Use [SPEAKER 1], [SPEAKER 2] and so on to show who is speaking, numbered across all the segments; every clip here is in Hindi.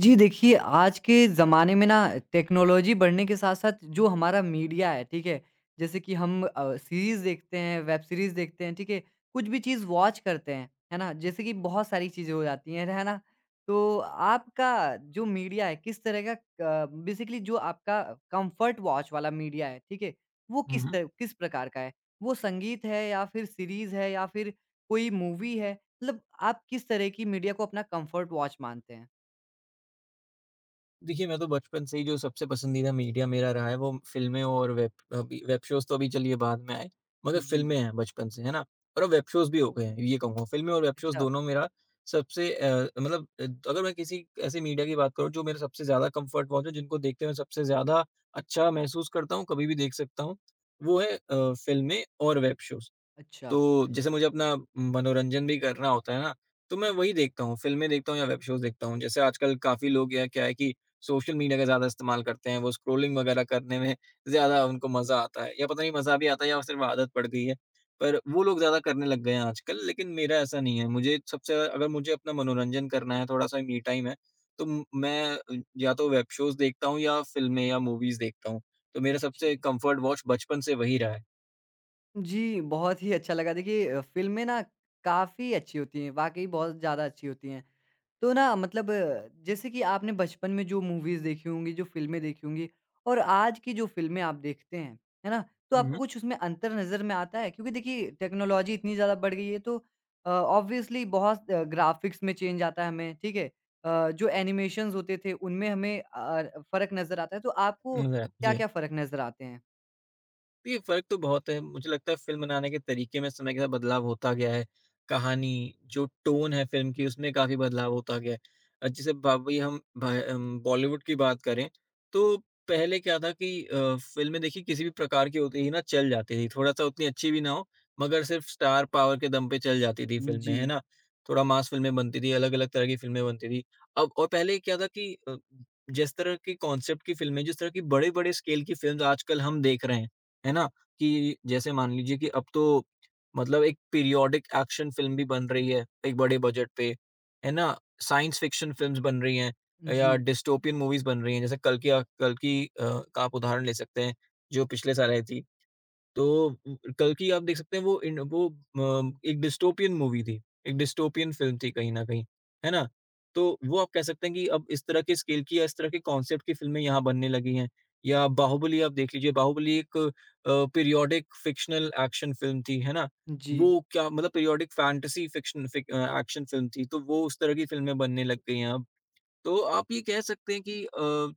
[SPEAKER 1] जी देखिए, आज के ज़माने में ना टेक्नोलॉजी बढ़ने के साथ-साथ जो हमारा मीडिया है, ठीक है? जैसे कि हम सीरीज़ देखते हैं, वेब सीरीज़ देखते हैं, ठीक है? कुछ भी चीज़ वॉच करते हैं, है ना? जैसे कि बहुत सारी चीज़ें हो जाती हैं, है ना? तो आपका जो मीडिया है, किस तरह का बेसिकली जो आपका कम्फ़र्ट वॉच वाला मीडिया है, ठीक है? वो
[SPEAKER 2] हुँ, हुँ।
[SPEAKER 1] किस प्रकार का है? वो संगीत है या फिर सीरीज़ है या फिर कोई मूवी है? मतलब आप किस तरह की मीडिया को अपना कम्फ़र्ट वॉच मानते हैं?
[SPEAKER 2] देखिए, मैं तो बचपन से ही जो सबसे पसंदीदा मीडिया मेरा रहा है वो फ़िल्में और वेब अभी वेब शोज़ तो अभी चलिए बाद में आए, मगर
[SPEAKER 1] जी।
[SPEAKER 2] फ़िल्में हैं बचपन से, है ना? और अब वेब शोज़ भी हो गए हैं, ये कहूँगा। फ़िल्में और वेब शोज़
[SPEAKER 1] अच्छा,
[SPEAKER 2] दोनों मेरा सबसे मतलब अगर मैं किसी ऐसे मीडिया की बात करूँ जो मेरा सबसे ज़्यादा कम्फ़र्ट पहुँचे, जिनको देखते हुए सबसे ज़्यादा अच्छा महसूस करता हूँ, कभी भी देख सकता हूँ, वो है फ़िल्में और वेब शोज़।
[SPEAKER 1] अच्छा।
[SPEAKER 2] तो जैसे मुझे अपना मनोरंजन भी करना होता है ना, तो मैं वही देखता हूँ, फ़िल्में देखता हूँ या वेब शोज़ देखता हूँ। जैसे आजकल काफ़ी लोग या क्या है कि सोशल मीडिया का ज़्यादा इस्तेमाल करते हैं, वो स्क्रॉलिंग वगैरह करने में ज़्यादा उनको मज़ा आता है या पता नहीं मज़ा भी आता है या सिर्फ़ आदत पड़ गई है। पर वो लोग ज़्यादा करने लग गए हैं आजकल, लेकिन मेरा ऐसा नहीं है। मुझे सबसे ज़्यादा अगर मुझे अपना मनोरंजन करना है, थोड़ा-सा मी टाइम है, तो म मैं अ, या तो वेब शोज़ देखता हूँ या फ़िल्में या मूवीज़ देखता हूँ। तो मेरा
[SPEAKER 1] जी।
[SPEAKER 2] सबसे कम्फ़र्ट वॉच बचपन से वही रहा है।
[SPEAKER 1] जी, बहुत ही अच्छा लगा देखिए फ़िल्में ना काफ़ी अच्छी होती हैं, वाक़ई बहुत ज़्यादा अच्छी होती हैं। तो ना मतलब जैसे कि आपने बचपन में जो मूवीज़ देखी होंगी, जो फ़िल्में देखी होंगी और आज की जो फ़िल्में आप देखते हैं, है ना? तो
[SPEAKER 2] हुँ,
[SPEAKER 1] आपको
[SPEAKER 2] हुँ।
[SPEAKER 1] कुछ उसमें अंतर नज़र में आता है? क्योंकि देखिए टेक्नोलॉज़ी इतनी ज़्यादा बढ़ गई है तो ऑब्वियसली बहुत ग्राफ़िक्स में चेंज आता है हमें, ठीक है? जो एनिमेशंस होते थे उनमें हमें फ़र्क नज़र आता है, तो आपको
[SPEAKER 2] नज़र आता है। जी।
[SPEAKER 1] क्या-क्या फ़र्क नज़र आते हैं?
[SPEAKER 2] देखिए, फ़र्क तो बहुत है। मुझे लगता है फ़िल्म बनाने के तरीके में समय के साथ बदलाव होता गया है। कहानी, जो टोन है फ़िल्म की उसमें काफ़ी बदलाव होता गया है। जैसे ब वही हम भ अम, बॉलीवुड की बात करें तो पहले क्या था कि फ़िल्में देखिए किसी भी प्रकार की होती थी ना चल जाती थी। थोड़ा-सा उतनी अच्छी भी ना हो मगर सिर्फ़ स्टार पावर के दम पे चल जाती थी फ़िल्में,
[SPEAKER 1] जी,
[SPEAKER 2] है ना? थोड़ा मास फ़िल्में बनती थी, अलग-अलग तरह की फ़िल्में बनती थी। अब और पहले क्या था कि जिस तरह की कॉन्सेप्ट की फ़िल्में, जिस तरह की बड़े-बड़े स्केल की फ़िल्म्स आजकल हम देख रहे हैं, है ना? कि जैसे मान लीजिए कि अब तो मतलब एक पीरियोडिक एक्शन फ़िल्म भी बन रही है, एक बड़े बजट पे, है ना? साइंस फ़िक्शन फ़िल्म्स बन रही हैं या
[SPEAKER 1] जी,
[SPEAKER 2] डिस्टोपियन मूवीज़ बन रही हैं, जैसे कल की का आप उदाहरण ले सकते हैं, जो पिछले साल आई थी। तो कल्कि आप देख सकते हैं वो एक डिस्टोपियन मूवी थी, एक डिस्टोपियन फ़िल्म थी कहीं न कहीं, है ना? तो वो आप कह सकते हैं कि अब इस तरह के स्केल की या इस तरह के कॉन्सेप्ट की फ़िल्में यहाँ बनने लगी हैं। या बाहुबली आप देख लीजिए, बाहुबली एक पीरियोडिक फ़िक्शनल एक्शन फ़िल्म थी, है ना?
[SPEAKER 1] जी,
[SPEAKER 2] वो क्या मतलब periodic fantasy fiction action film थी, तो वो उस तरह की फ़िल्में बनने लग गई हैं अब। तो आप ये कह सकते हैं कि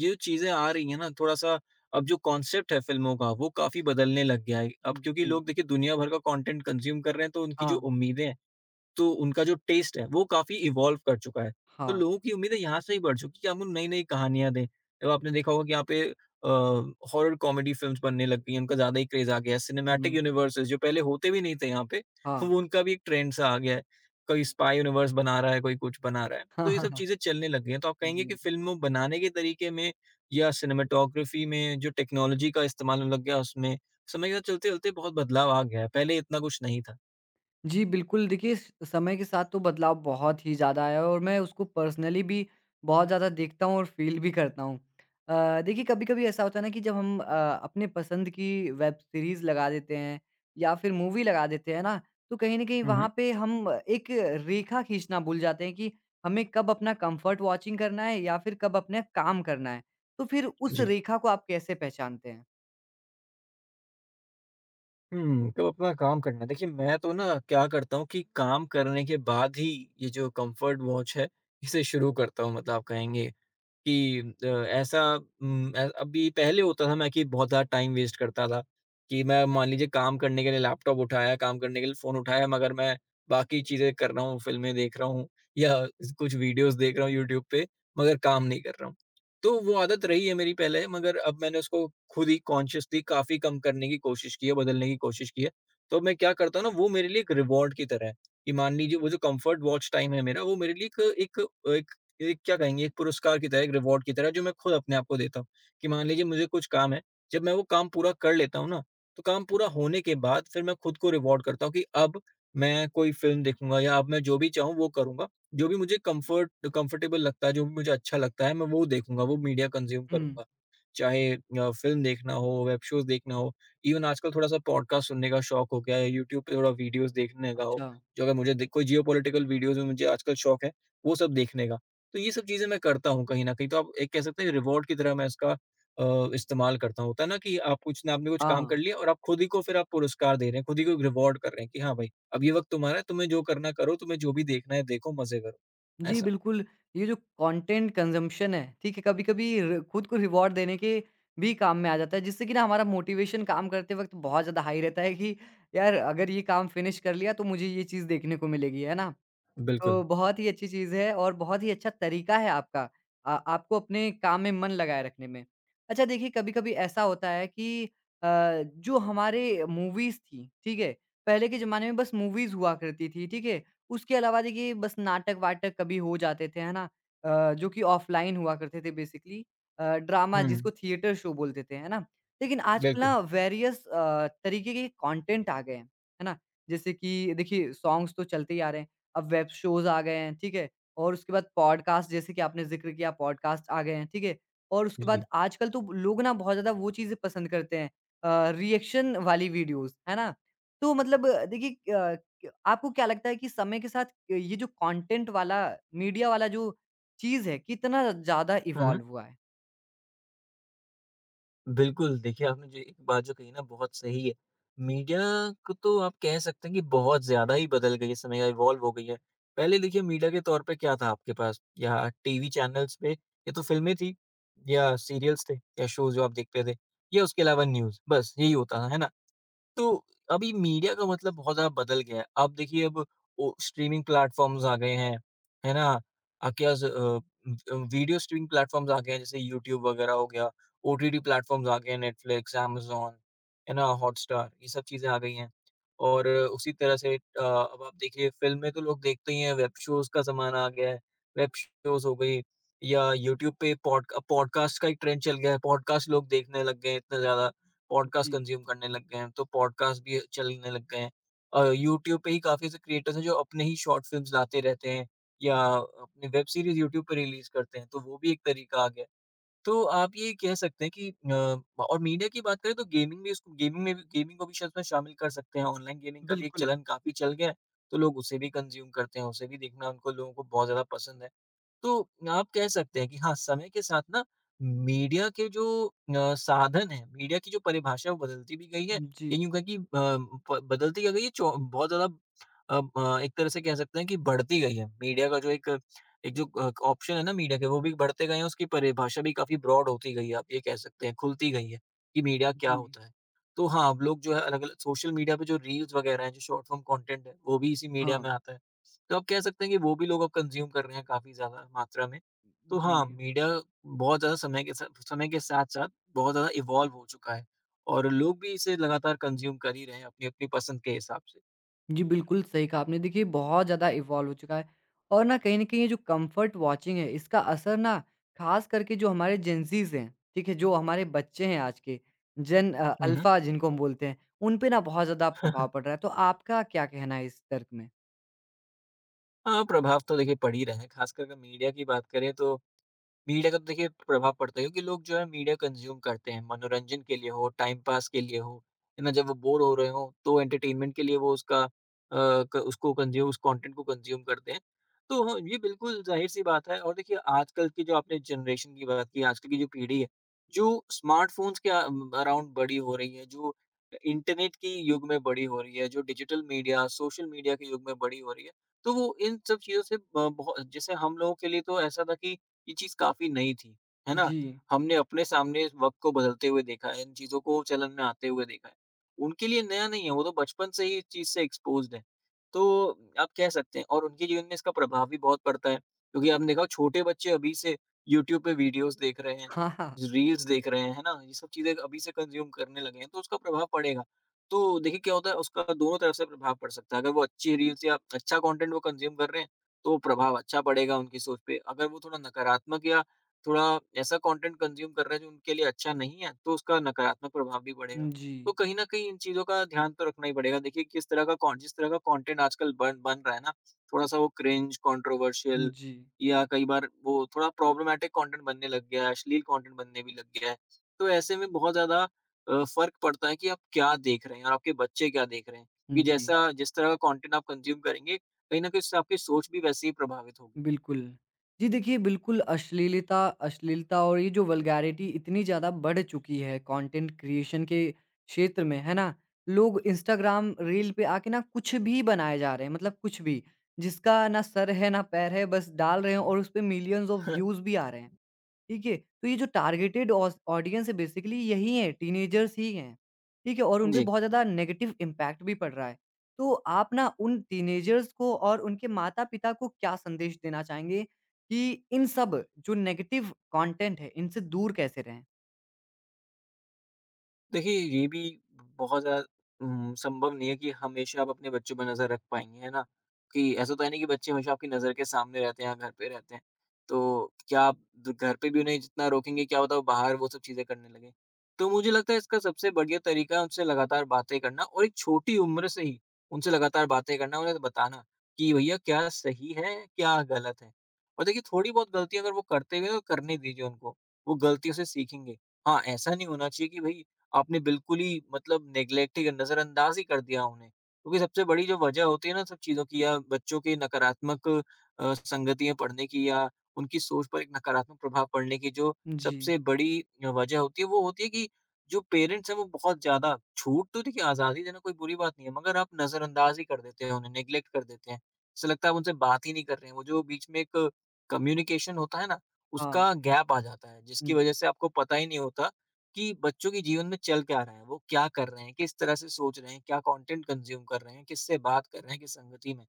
[SPEAKER 2] ये जो चीज़ें आ रही हैं ना थोड़ा-सा अब जो कॉन्सेप्ट है फ़िल्मों का वो काफ़ी बदलने लग गया है। अब क्योंकि
[SPEAKER 1] जी,
[SPEAKER 2] लोग देखिए दुनिया भर का कॉन्टेंट कंज़्यूम कर रहे हैं तो उनकी जो
[SPEAKER 1] हाँ,
[SPEAKER 2] उम्मीदें हैं, तो उनका जो टेस्ट है वो काफ़ी इवॉल्व कर चुका है। तो
[SPEAKER 1] हाँ,
[SPEAKER 2] लोगों की उम्मीदें यहाँ से ही बढ़ चुकी कि हम उन्हें नई-नई कहानियाँ दें। अब आपने देखा होगा कि यहाँ पे अ, हॉरर कॉमेडी फ़िल्म्स बनने लग गई हैं, उनका ज़्यादा ही क्रेज़ आ गया है। सिनेमैटिक
[SPEAKER 1] हुँ,
[SPEAKER 2] यूनिवर्सेस जो पहले होते भी नहीं थे यहाँ पे,
[SPEAKER 1] हाँ।
[SPEAKER 2] वो उनका भी एक ट्रेंड सा आ गया है। कोई स्पाई यूनिवर्स बना रहा है, कोई कुछ बना रहा है। तो ये सब
[SPEAKER 1] हाँ
[SPEAKER 2] चीज़ें चलने लग गई हैं। तो आप कहेंगे कि
[SPEAKER 1] जी।
[SPEAKER 2] फ़िल्मों बनाने के तरीके में या सिनेमेटोग्राफ़ी में जो टेक्नोलॉजी का इस्तेमाल होने लग गया उसमें, समय के साथ चलते-चलते बहुत बदलाव आ गया है। पहले इतना कुछ नहीं था।
[SPEAKER 1] जी, बिल्कुल। देखिए, स समय के साथ तो बदलाव बहुत ही ज़्यादा आया है और मैं उसको पर्सनली भी बहुत ज़्यादा देखता हूँ और फ़ील भी करता हूँ। देखिए, कभी-कभी ऐसा होता है ना कि जब हम अपने पसंद की वेब सीरीज़ लगा देते हैं या फिर मूवी लगा देते हैं ना, तो कहीं न कहीं
[SPEAKER 2] हुँ, हुँ।
[SPEAKER 1] वहाँ पे हम एक रेखा खींचना भूल जाते हैं कि हमें कब अपना कम्फ़र्ट वॉचिंग करना है या फिर कब अपना काम करना है। तो फिर उस
[SPEAKER 2] जी।
[SPEAKER 1] रेखा को आप कैसे पहचानते हैं?
[SPEAKER 2] तो अपना काम करना। देखिए, मैं तो ना क्या करता हूँ कि काम करने के बाद ही ये जो कम्फ़र्ट वॉच है, इसे शुरू करता हूँ मतलब आप कहेंगे। कि ऐसा अभी पहले होता था मैं कि बहुत ज़्यादा टाइम वेस्ट करता था, कि मैं मान लीजिए काम करने के लिए लैपटॉप उठाया, काम करने के लिए फ़ोन उठाया, मगर मैं बाकी चीज़ें कर रहा हूँ, फ़िल्में देख रहा हूँ या कुछ वीडियोज़ देख रहा हूँ यूट्यूब पे, मगर काम नहीं कर रहा हूँ। तो वो आदत रही है मेरी पहले, मगर अब मैंने उसको खुद ही कॉन्शियसली काफ़ी कम करने की कोशिश की है, बदलने की कोशिश की है। तो मैं क्या करता हूँ ना, वो मेरे लिए एक रिवॉर्ड की तरह है, कि मान लीजिए वो जो कम्फर्ट वॉच टाइम है मेरा, वो मेरे लिए एक एक क्या कहेंगे, एक पुरस्कार की तरह, एक रिवॉर्ड की तरह जो मैं खुद अपने आप को देता हूँ, कि मान लीजिए मुझे कुछ काम है, जब मैं वो काम पूरा कर लेता हूँ ना, तो काम पूरा होने के बाद फिर मैं खुद को रिवॉर्ड करता हूँ कि अब मैं कोई फ़िल्म देखूँगा या अब मैं जो भी चाहूँ वो करूँगा। जो भी मुझे कम्फ़र्टेबल लगता है, जो भी मुझे अच्छा लगता है, मैं वो देखूँगा, वो मीडिया कंज़्यूम
[SPEAKER 1] हुँ।
[SPEAKER 2] करूँगा। चाहे फ़िल्म देखना हो, वेब शोज़ देखना हो, इवन आजकल थोड़ा-सा पॉडकास्ट सुनने का शौक हो गया है, यूट्यूब पे थोड़ा वीडियोज़ देखने का हो,
[SPEAKER 1] अच्छा।
[SPEAKER 2] जो अगर मुझे दे कोई जियोपॉलिटिकल वीडियोज़ में मुझे आजकल शौक है, वो सब देखने का। तो ये सब चीज़ें मैं करता हूँ कहीं न कहीं, तो आप एक कह सकते हैं रिवॉर्ड की तरह मैं इसका इस्तेमाल करता हूँ। होता है ना कि आप कुछ ना आपने कुछ काम
[SPEAKER 1] हाँ।
[SPEAKER 2] कर लिया और आप खुद ही को फिर आप पुरस्कार दे रहे हैं, खुद ही को रिवॉर्ड कर रहे हैं कि हाँ भाई, अब ये वक़्त तुम्हारा है, तुम्हें जो करना करो, तुम्हें जो भी देखना है देखो, मज़े करो।
[SPEAKER 1] जी,
[SPEAKER 2] ऐसा।
[SPEAKER 1] बिल्कुल। ये जो कंटेंट कंज़म्पशन है, ठीक है? कभी-कभी र खुद को रिवॉर्ड देने के भी काम में आ जाता है, जिससे कि ना हमारा मोटिवेशन काम करते वक़्त बहुत ज़्यादा हाई रहता है कि यार अगर ये काम फिनिश कर लिया तो मुझे ये चीज़ देखने को मिलेगी, है ना?
[SPEAKER 2] बिल्कुल।
[SPEAKER 1] तो बहुत ही अच्छी चीज़ है और बहुत ही अच्छा तरीका है आपका आपको अपने काम में मन लगाए रखने में। अच्छा देखिए कभी-कभी ऐसा होता है कि अ, जो हमारे मूवीज़ थी, ठीक है? पहले के ज़माने में बस मूवीज़ हुआ करती थी, ठीक है? उसके अलावा देखिए बस नाटक-वाटक कभी हो जाते थे, है ना? जो कि ऑफ़लाइन हुआ करते थे बेसिकली ड्रामा
[SPEAKER 2] हुँ,
[SPEAKER 1] जिसको थिएटर शो बोलते थे, है ना? लेकिन आजकल
[SPEAKER 2] बिल्कुल।
[SPEAKER 1] ना वेरियस तरीके के कंटेंट आ गए हैं, है ना? जैसे कि देखिए सॉन्ग्स तो चलते ही आ रहे हैं। अब वेब शोज़ आ गए हैं, ठीक है? और उसके बाद पॉडकास्ट जैसे कि आपने ज़िक्र किया पॉडकास्ट आ गए हैं, ठीक है? और उसके बाद
[SPEAKER 2] जी।
[SPEAKER 1] आजकल तो लोग ना बहुत ज़्यादा वो चीज़ें पसंद करते हैं रिएक्शन वाली वीडियोज़, है ना? तो मतलब देखिए क आपको क्या लगता है कि समय के साथ ये जो कंटेंट वाला, मीडिया वाला जो चीज़ है, कितना ज़्यादा
[SPEAKER 2] हुँ, हुँ।
[SPEAKER 1] इवॉल्व हुआ है?
[SPEAKER 2] बिल्कुल, देखिए आपने जो एक बात जो कही ना बहुत सही है। मीडिया को तो आप कह सकते हैं कि बहुत ज़्यादा ही बदल गई है, समय या इवॉल्व हो गई है। पहले देखिए मीडिया के तौर पे क्या था आपके पास या टीवी चैनल्स पे या तो फ़िल्में थी या सीरियल्स थे या शोज़ जो आप देखते थे या उसके अलावा न्यूज़, बस यही होता था, है ना? तो अभी मीडिया का मतलब बहुत ज़्यादा बदल गया है। आप देखिए अब ओ स्ट्रीमिंग प्लेटफ़ॉर्म्स आ गए हैं, है ना? आपके पास वीडियो स्ट्रीमिंग प्लेटफ़ॉर्म्स आ गए हैं जैसे यूट्यूब वगैरह हो गया, ओटीटी प्लेटफ़ॉर्म्स आ गए हैं नेटफ्लिक्स, अमेज़न, है ना? हॉटस्टार ये सब चीज़ें आ गई हैं। और उसी तरह से अब आप देखिए फ़िल्में तो लोग देखते ही हैं, वेब शोज़ का ज़माना आ गया है, वेब शोज़ हो गई या यूट्यूब पे पॉडकास्ट का एक ट्रेंड चल गया है, पॉडकास्ट लोग देखने लग गए हैं इतना ज़्यादा। पॉडकास्ट
[SPEAKER 1] जी।
[SPEAKER 2] कंज़्यूम करने लग गए हैं, तो पॉडकास्ट भी चलने लग गए हैं। यूट्यूब पे ही काफ़ी ऐसे क्रिएटर्स हैं जो अपने ही शॉर्ट फ़िल्म्स लाते रहते हैं या अपनी वेब सीरीज़ यूट्यूब पे रिलीज़ करते हैं, तो वो भी एक तरीका आ गया है। तो आप ये कह सकते हैं कि और मीडिया की बात करें तो गेमिंग भी इसको गेमिंग में भी गेमिंग को भी शायद इसमें शामिल कर सकते हैं। ऑनलाइन गेमिंग का भी एक
[SPEAKER 1] बिल्कुल।
[SPEAKER 2] चलन काफ़ी चल गया है, तो लोग उसे भी कंज़्यूम करते हैं, उसे भी देखना उनको लोगों को बहुत ज़्यादा पसंद है। तो आप कह सकते हैं कि हाँ, समय के साथ ना मीडिया के जो साधन हैं, मीडिया की जो परिभाषा है वो बदलती भी गई है।
[SPEAKER 1] जी,
[SPEAKER 2] या यूँ कहें कि अ, ब बदलती क्या गई है, चौ बहुत ज़्यादा अ, ब एक तरह से कह सकते हैं कि बढ़ती गई है। मीडिया का जो एक एक जो ऑप्शन है ना मीडिया के वो भी बढ़ते गए हैं, उसकी परिभाषा भी काफ़ी ब्रॉड होती गई है, आप ये कह सकते हैं, खुलती गई है कि मीडिया क्या
[SPEAKER 1] जी।
[SPEAKER 2] होता है। तो हाँ, अब लोग जो है अलग-अलग सोशल मीडिया पे जो रील्स वगैरह हैं, जो शॉर्ट फ़ॉर्म कंटेंट है, वो भी इसी मीडिया में
[SPEAKER 1] हाँ।
[SPEAKER 2] आता है। तो आप कह सकते हैं कि वो भी लोग अब कंज़्यूम कर रहे हैं काफ़ी ज़्यादा मात्रा में। तो
[SPEAKER 1] जी।
[SPEAKER 2] हाँ, मीडिया बहुत ज़्यादा समय के साथ-साथ बहुत ज़्यादा इवॉल्व हो चुका है और लोग भी इसे लगातार कंज़्यूम कर ही रहे हैं अपनी-अपनी पसंद के हिसाब से।
[SPEAKER 1] जी, बिल्कुल सही कहा आपने। देखिए, बहुत ज़्यादा इवॉल्व हो चुका है और ना कहीं न कहीं ये जो कम्फ़र्ट वॉचिंग है, इसका असर ना ख़ास करके जो हमारे जेनज़ीज़ हैं, ठीक है? जो हमारे बच्चे हैं आज के, जेन
[SPEAKER 2] हुँ, हुँ।
[SPEAKER 1] अल्फ़ा जिनको हम बोलते हैं, उन पे ना बहुत ज़्यादा प्रभाव पड़ रहा है। तो आपका क्या कहना है इस तर्क में?
[SPEAKER 2] हाँ, प्रभाव तो देखिए पड़ ही रहा है, ख़ासकर अगर मीडिया की बात करें तो मीडिया का तो देखिए प्रभाव पड़ता है क्योंकि लोग जो है मीडिया कंज्यूम करते हैं मनोरंजन के लिए हो, टाइम पास के लिए हो, है ना? जब वो बोर हो रहे हो तो एंटरटेनमेंट के लिए वो उसका अ, क- उसको कंज्यूम उस कंटेंट को कंज्यूम करते हैं। तो हाँ, ये बिल्कुल जाहिर सी बात है और देखिए आजकल की जो आपने जनरेशन की बात की आजकल की जो पीढ़ी है, जो स्मार्टफोन्स के अराउंड बड़ी हो रही है, जो इंटरनेट की युग में बड़ी हो रही है, जो डिजिटल मीडिया, सोशल मीडिया के युग में बड़ी हो रही है। तो वो इन सब चीज़ों से बहुत जैसे हम लोगों के लिए तो ऐसा था कि ये चीज़ काफ़ी नई थी, है ना?
[SPEAKER 1] जी।
[SPEAKER 2] हमने अपने सामने वक़्त को बदलते हुए देखा है, इन चीज़ों को चलन में आते हुए देखा है। उनके लिए नया नहीं है, वो तो बचपन से ही इस चीज़ से एक्सपोज़्ड हैं। तो आप कह सकते हैं, और उनके जीवन में इसका प्रभाव भी बहुत पड़ता है, क्योंकि आपने देखा छोटे बच्चे अभी से यूट्यूब पे वीडियोज़ देख रहे हैं,
[SPEAKER 1] हाँ, हाँ।
[SPEAKER 2] रील्स देख रहे हैं, है ना? ये सब चीज़ें अभी से कंज़्यूम करने लगे हैं, तो उसका प्रभाव पड़ेगा। तो देखिए क्या होता है, उसका दोनों तरफ से प्रभाव पड़ सकता है। अगर वो अच्छी रील्स या अच्छा कंटेंट वो कंज़्यूम कर रहे हैं, तो प्रभाव अच्छा पड़ेगा उनकी सोच पे। अगर वो थोड़ा नकारात्मक या थोड़ा ऐसा कंटेंट कंज़्यूम कर रहे हैं जो उनके लिए अच्छा नहीं है, तो उसका नकारात्मक प्रभाव भी पड़ेगा।
[SPEAKER 1] जी।
[SPEAKER 2] तो कहीं न कहीं इन चीज़ों का ध्यान तो रखना ही पड़ेगा। देखिए किस तरह का कॉन जिस तरह का कंटेंट आजकल बन बन रहा है ना, थोड़ा-सा वो क्रिंज, कंट्रोवर्शियल
[SPEAKER 1] जी।
[SPEAKER 2] या कई बार वो थोड़ा प्रॉब्लमैटिक कंटेंट बनने लग गया है, अश्लील कंटेंट बनने भी लग गया है। तो ऐसे में बहुत ज़्यादा फ़र्क पड़ता है कि आप क्या देख रहे हैं और आपके बच्चे क्या देख रहे हैं। कि
[SPEAKER 1] जी।
[SPEAKER 2] जैसा जिस तरह का कंटेंट आप कंज़्यूम करेंगे, कहीं न कहीं उससे आपकी सोच भी वैसे ही प्रभावित होगी।
[SPEAKER 1] बिल्कुल। जी देखिए, बिल्कुल अश्लीलता अश्लीलता और ये जो वल्गैरिटी इतनी ज़्यादा बढ़ चुकी है कंटेंट क्रिएशन के क्षेत्र में, है ना? लोग इंस्टाग्राम रील पे आके ना कुछ भी बनाए जा रहे हैं, मतलब कुछ भी। जिसका ना सर है, ना पैर है, बस डाल रहे हैं और उसपे मिलियंस ऑफ
[SPEAKER 2] है ना।
[SPEAKER 1] व्यूज़ भी आ रहे हैं। ठीक है? तो ये जो टारगेटेड ऑस ऑडियंस है बेसिकली यही है, टीनेजर्स ही हैं। ठीक है? और उनपे
[SPEAKER 2] जी।
[SPEAKER 1] बहुत ज़्यादा नेगेटिव इम्पैक्ट भी पड़ रहा है। तो आप ना उन टीनेजर्स को और उनके माता-पिता को क्या संदेश देना चाहेंगे कि इन सब जो नेगेटिव कंटेंट है, इनसे दूर कैसे रहें?
[SPEAKER 2] देखिए, ये भी बहुत ज़्यादा संभव नहीं है कि हमेशा आप अपने बच्चों पे नज़र रख पाएँगे, है ना? कि ऐसा तो है नहीं कि बच्चे हमेशा आपकी नज़र के सामने रहते हैं या घर पे रहते हैं। तो क्या आप द घर पे भी उन्हें जितना रोकेंगे, क्या पता वो बाहर वो सब चीज़ें करने लगें। तो मुझे लगता है इसका सबसे बढ़िया तरीका है उनसे लगातार बातें करना, और एक छोटी उम्र से ही उनसे लगातार बातें करना, उन्हें बताना कि भैया क्या सही है, क्या गलत है। और देखिए थोड़ी बहुत गलतियाँ अगर वो करते हुए हैं, तो करने दीजिए उनको, वो गलतियों से सीखेंगे। हाँ, ऐसा नहीं होना चाहिए कि भई आपने बिल्कुल ही मतलब नेग्लेक्ट ही, नज़रअंदाज ही कर दिया उन्हें। क्योंकि सबसे बड़ी जो वजह होती है ना सब चीज़ों की, या बच्चों के नकारात्मक संगतियाँ पढ़ने की, या उनकी सोच पर एक नकारात्मक प्रभाव पड़ने की, जो
[SPEAKER 1] जी।
[SPEAKER 2] सबसे बड़ी वजह होती है, वो होती है कि जो पेरेंट्स हैं वो बहुत ज़्यादा छूट, तो देखिए आज़ादी देना कोई बुरी बात नहीं है, मगर आप नज़रअंदाज ही कर देते हैं उन्हें, नेग्लेक्ट कर देते हैं। ऐसा लगता है आप उनसे बात ही नहीं कर रहे हैं। वो जो बीच में एक कम्युनिकेशन होता है ना,
[SPEAKER 1] हाँ।
[SPEAKER 2] उसका गैप आ जाता है, जिसकी
[SPEAKER 1] हुँ,
[SPEAKER 2] वजह से आपको पता ही नहीं होता कि बच्चों के जीवन में चल क्या रहा है, वो क्या कर रहे हैं, किस तरह से सोच रहे हैं, क्या कंटेंट कंज़्यूम कर रहे हैं, किससे बात कर रहे हैं, किस संगति में।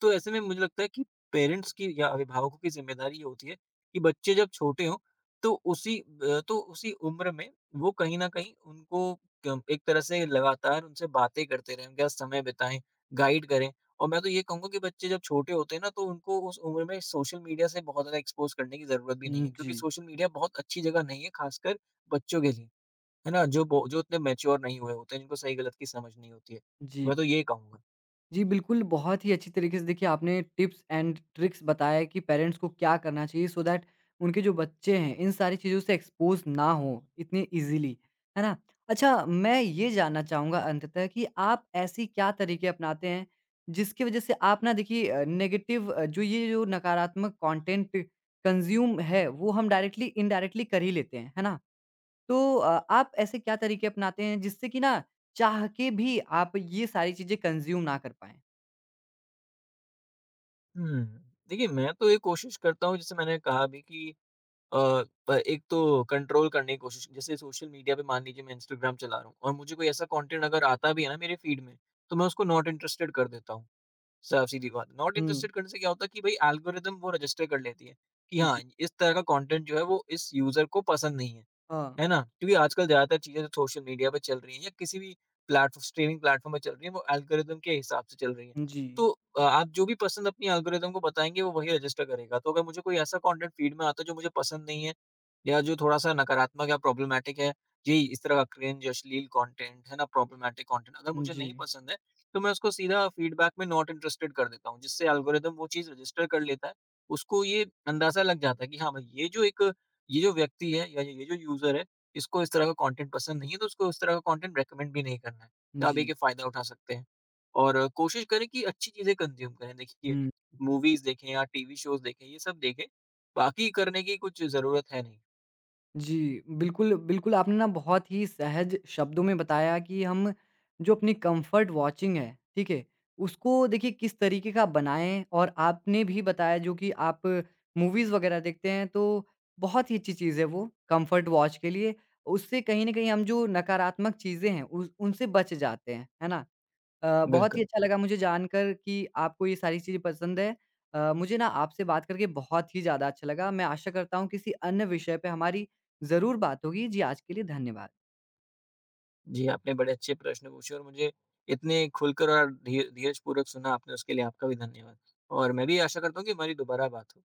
[SPEAKER 2] तो ऐसे में मुझे लगता है कि पेरेंट्स की या अभिभावकों की ज़िम्मेदारी ये होती है कि बच्चे जब छोटे हों, तो उसी उम्र में वो कहीं न कहीं उनको क एक तरह से लगातार उनसे बातें करते रहें, उनके साथ समय बिताएँ, गाइड करें। और मैं तो ये कहूँगा कि बच्चे जब छोटे होते हैं ना, तो उनको उस उम्र में सोशल मीडिया से बहुत ज़्यादा एक्सपोज़ करने की ज़रूरत भी नहीं
[SPEAKER 1] हुँ,
[SPEAKER 2] है, क्योंकि
[SPEAKER 1] जी।
[SPEAKER 2] सोशल मीडिया बहुत अच्छी जगह नहीं है, ख़ासकर बच्चों के लिए। है ना? जो उतने मैच्योर नहीं हुए होते हैं, जिनको सही-गलत की समझ नहीं होती है। तो
[SPEAKER 1] जी।
[SPEAKER 2] मैं तो ये कहूँगा।
[SPEAKER 1] जी, बिल्कुल, बहुत ही अच्छी तरीके से देखिए आपने टिप्स एंड ट्रिक्स बताया कि पेरेंट्स को क्या करना चाहिए सो दैट उनके जो बच्चे हैं, इन सारी चीज़ों से एक्सपोज़ ना हों इतने ईज़िली, है ना? अच्छा मैं ये जानना चाहूँगा अंततः कि आप ऐसी क्या तरीके अपनाते हैं, जिसकी वज़ह से आप ना देखिए नेगेटिव जो ये जो नकारात्मक कंटेंट कंज़्यूम है, वो हम डायरेक्टली इनडायरेक्टली कर ही लेते हैं, है ना? तो आप ऐसे क्या तरीके अपनाते हैं जिससे कि ना चाह के भी आप ये सारी चीज़ें कंज़्यूम ना कर पाएँ?
[SPEAKER 2] हुँ, देखिए मैं तो ये कोशिश करता हूँ, जैसे मैंने कहा भी कि अ, प एक तो कंट्रोल करने की कोशिश, जैसे सोशल मीडिया पे मान लीजिए मैं इंस्टाग्राम चला रहा हूँ, और मुझे कोई ऐसा कंटेंट अगर आता भी है ना मेरे फीड में, तो मैं उसको नॉट इंटरेस्टेड कर देता हूँ। साफ-सीधी बात है। नॉट
[SPEAKER 1] हुँ,
[SPEAKER 2] इंटरेस्टेड करने से क्या होता है कि भई एल्गोरिथम वो रजिस्टर कर लेती है, कि हाँ,
[SPEAKER 1] जी।
[SPEAKER 2] इस तरह का कंटेंट जो है वो इस यूज़र को पसंद नहीं है। है
[SPEAKER 1] हाँ,
[SPEAKER 2] ना? क्योंकि आजकल ज़्यादातर चीज़ें जो सोशल मीडिया पे चल रही हैं, या किसी भी प्लेटफ़ॉ स्ट्रीमिंग प्लेटफ़ॉर्म पे चल रही हैं, वो एल्गोरिदम के हिसाब से चल रही हैं।
[SPEAKER 1] जी,
[SPEAKER 2] तो आप जो भी पसंद अपनी एल्गोरिदम को बताएँगे, वो वही रजिस्टर करेगा। तो अगर मुझे कोई ऐसा कंटेंट फ़ीड में आता है, जो मुझे पसंद नहीं है, या जो थोड़ा-सा नकारात्मक या प्रॉब्लमैटिक है, यही इस तरह का क्रिंज, अश्लील कंटेंट, है ना, प्रॉब्लमैटिक कंटेंट, अगर मुझे
[SPEAKER 1] जी,
[SPEAKER 2] नहीं पसंद है, तो मैं उसको सीधा फीडबैक में नॉट इंटरेस्टेड कर देता हूँ, जिससे एल्गोरिदम वो चीज़ रजिस्टर कर लेता है। उसको ये अंदाज़ा लग जाता है कि हाँ भाई, ये जो व्यक्ति है, या ये जो यूज़र है, इसको इस तरह का कंटेंट पसंद नहीं है, तो उसको उस तरह का कंटेंट रिकमेंड भी नहीं करना है। तो आप
[SPEAKER 1] जी।
[SPEAKER 2] देखिए फ़ायदा उठा सकते हैं। और कोशिश करें कि अच्छी चीज़ें कंज़्यूम करें। देखिए
[SPEAKER 1] हुँ,
[SPEAKER 2] मूवीज़ देखें या टीवी शोज़ देखें, ये सब देखें। बाकी करने की कुछ ज़रूरत है नहीं।
[SPEAKER 1] जी, बिल्कुल, बिल्कुल आपने ना बहुत ही सहज शब्दों में बताया कि हम जो अपनी कम्फ़र्ट वॉचिंग है, ठीक है? उसको देखिए किस तरीके का बनाएँ और आपने भी बताया जो कि आप मूवीज़ वग़ैरह देखते हैं तो बहुत ही अच्छी चीज़ है वो कम्फ़र्ट वॉच के लिए। उससे कहीं न कहीं हम जो नकारात्मक चीज़ें हैं उस उनसे बच जाते हैं, है ना? बहुत ही
[SPEAKER 2] बिल्कुल।
[SPEAKER 1] अच्छा लगा मुझे जानकर कि आपको ये सारी चीज़ें पसंद है। मुझे ना आपसे बात करके बहुत ही ज़्यादा अच्छा लगा। मैं आशा करता हूँ किसी अन्य विषय पे हमारी ज़रूर बात होगी। जी, आज के लिए धन्यवाद।
[SPEAKER 2] जी, आपने बड़े अच्छे प्रश्न पूछे, और मुझे इतने खुलकर और धीरजपूर्वक सुना आपने, उसके लिए आपका भी धन्यवाद। और मैं भी आशा करता हूँ कि हमारी दोबारा बात हो।